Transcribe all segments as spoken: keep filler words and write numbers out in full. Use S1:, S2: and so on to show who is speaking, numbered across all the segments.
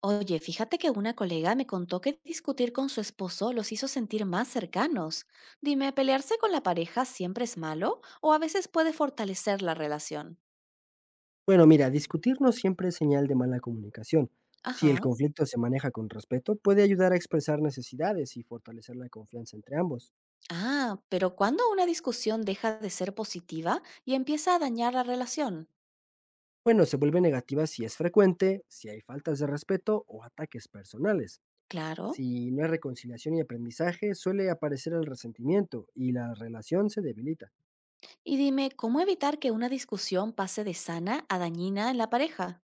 S1: Oye, fíjate que una colega me contó que discutir con su esposo los hizo sentir más cercanos. Dime, ¿pelearse con la pareja siempre es malo o a veces puede fortalecer la relación?
S2: Bueno, mira, discutir no siempre es señal de mala comunicación. Si el
S1: Ajá.
S2: conflicto se maneja con respeto, puede ayudar a expresar necesidades y fortalecer la confianza entre ambos.
S1: Ah, pero ¿cuándo una discusión deja de ser positiva y empieza a dañar la relación?
S2: Bueno, se vuelve negativa si es frecuente, si hay faltas de respeto o ataques personales.
S1: Claro.
S2: Si no hay reconciliación y aprendizaje, suele aparecer el resentimiento y la relación se debilita.
S1: Y dime, ¿cómo evitar que una discusión pase de sana a dañina en la pareja?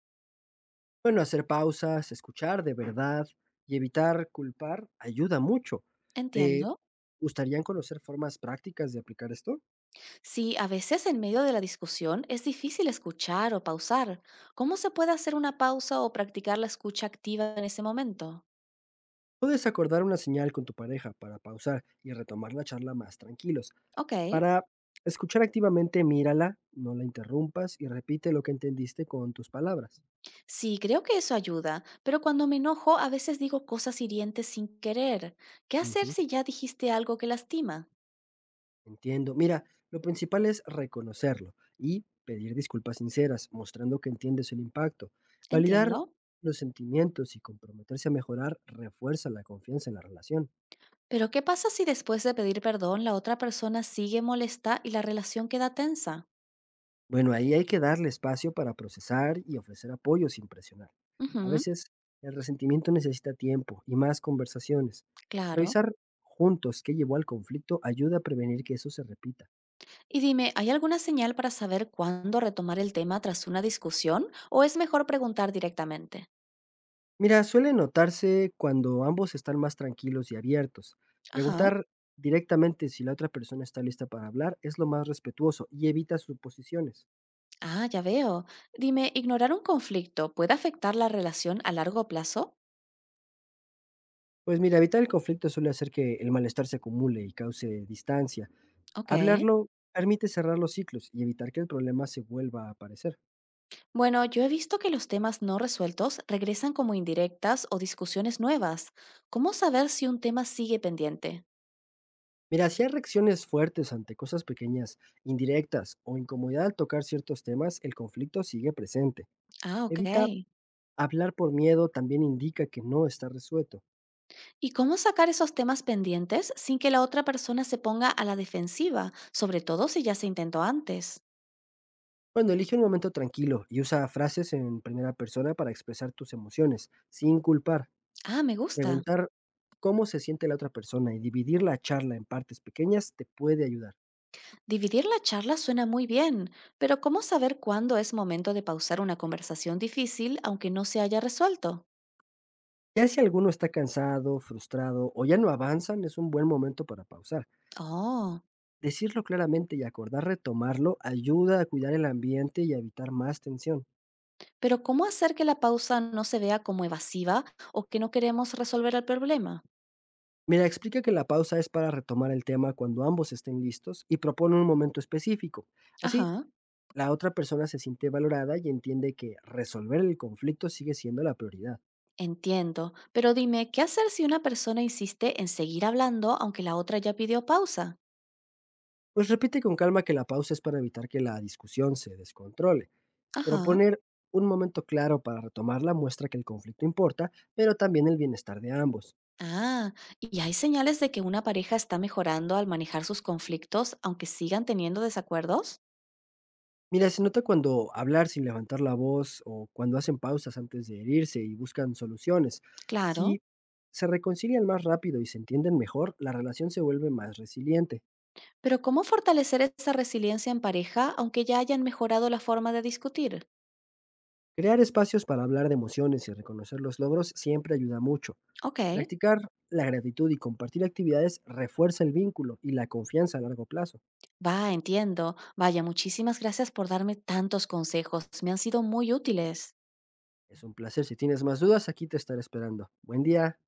S2: Bueno, hacer pausas, escuchar de verdad y evitar culpar ayuda mucho. ¿Te
S1: Entiendo.
S2: gustarían conocer formas prácticas de aplicar esto?
S1: Sí, a veces en medio de la discusión es difícil escuchar o pausar. ¿Cómo se puede hacer una pausa o practicar la escucha activa en ese momento?
S2: Puedes acordar una señal con tu pareja para pausar y retomar la charla más tranquilos.
S1: Ok,
S2: Para escuchar activamente, mírala, no la interrumpas y repite lo que entendiste con tus palabras.
S1: sí, creo que eso ayuda, pero cuando me enojo a veces digo cosas hirientes sin querer. ¿Qué hacer
S2: Ujú,
S1: si ya dijiste algo que lastima?
S2: entiendo. Mira, lo principal es reconocerlo y pedir disculpas sinceras, mostrando que entiendes el impacto. Validar
S1: Entiendo.
S2: los sentimientos y comprometerse a mejorar refuerza la confianza en la relación.
S1: Pero ¿qué pasa si después de pedir perdón la otra persona sigue molesta y la relación queda tensa?
S2: Bueno, ahí hay que darle espacio para procesar y ofrecer apoyo sin presionar. A
S1: Ujú,
S2: veces el resentimiento necesita tiempo y más conversaciones.
S1: claro.
S2: Revisar juntos qué llevó al conflicto ayuda a prevenir que eso se repita.
S1: Y dime, ¿hay alguna señal para saber cuándo retomar el tema tras una discusión o es mejor preguntar directamente?
S2: Mira, suele notarse cuando ambos están más tranquilos y abiertos.
S1: Ajá.
S2: Preguntar directamente si la otra persona está lista para hablar es lo más respetuoso y evita suposiciones.
S1: Ah, ya veo. Dime, ¿ignorar un conflicto puede afectar la relación a largo plazo?
S2: Pues mira, evitar el conflicto suele hacer que el malestar se acumule y cause distancia.
S1: Ok.
S2: Hablarlo permite cerrar los ciclos y evitar que el problema se vuelva a aparecer.
S1: Bueno, yo he visto que los temas no resueltos regresan como indirectas o discusiones nuevas. ¿Cómo saber si un tema sigue pendiente?
S2: Mira, si hay reacciones fuertes ante cosas pequeñas, indirectas o incomodidad al tocar ciertos temas, el conflicto sigue presente.
S1: Ah, ok.
S2: Evita hablar por miedo también indica que no está resuelto.
S1: ¿Y cómo sacar esos temas pendientes sin que la otra persona se ponga a la defensiva, sobre todo si ya se intentó antes?
S2: Cuando elige un momento tranquilo y usa frases en primera persona para expresar tus emociones, sin culpar.
S1: Ah, me gusta.
S2: Preguntar cómo se siente la otra persona y dividir la charla en partes pequeñas te puede ayudar.
S1: Dividir la charla suena muy bien, pero ¿cómo saber cuándo es momento de pausar una conversación difícil aunque no se haya resuelto?
S2: Ya si alguno está cansado, frustrado o ya no avanzan, es un buen momento para pausar.
S1: Oh,
S2: Decirlo claramente y acordar retomarlo ayuda a cuidar el ambiente y a evitar más tensión.
S1: pero ¿cómo hacer que la pausa no se vea como evasiva o que no queremos resolver el problema?
S2: Mira, explica que la pausa es para retomar el tema cuando ambos estén listos y propone un momento específico. Así,
S1: Ajá,
S2: la otra persona se siente valorada y entiende que resolver el conflicto sigue siendo la prioridad.
S1: entiendo, pero dime, ¿qué hacer si una persona insiste en seguir hablando aunque la otra ya pidió pausa?
S2: Pues repite con calma que la pausa es para evitar que la discusión se descontrole.
S1: Ajá.
S2: Proponer un momento claro para retomarla muestra que el conflicto importa, pero también el bienestar de ambos.
S1: Ah, ¿y hay señales de que una pareja está mejorando al manejar sus conflictos aunque sigan teniendo desacuerdos?
S2: Mira, se nota cuando hablar sin levantar la voz o cuando hacen pausas antes de herirse y buscan soluciones.
S1: Claro.
S2: Si se reconcilian más rápido y se entienden mejor, la relación se vuelve más resiliente.
S1: Pero ¿cómo fortalecer esa resiliencia en pareja aunque ya hayan mejorado la forma de discutir?
S2: Crear espacios para hablar de emociones y reconocer los logros siempre ayuda mucho.
S1: Ok,
S2: Practicar la gratitud y compartir actividades refuerza el vínculo y la confianza a largo plazo.
S1: va, entiendo. Vaya, muchísimas gracias por darme tantos consejos. Me han sido muy útiles.
S2: Es un placer. Si tienes más dudas, aquí te estaré esperando. Buen día.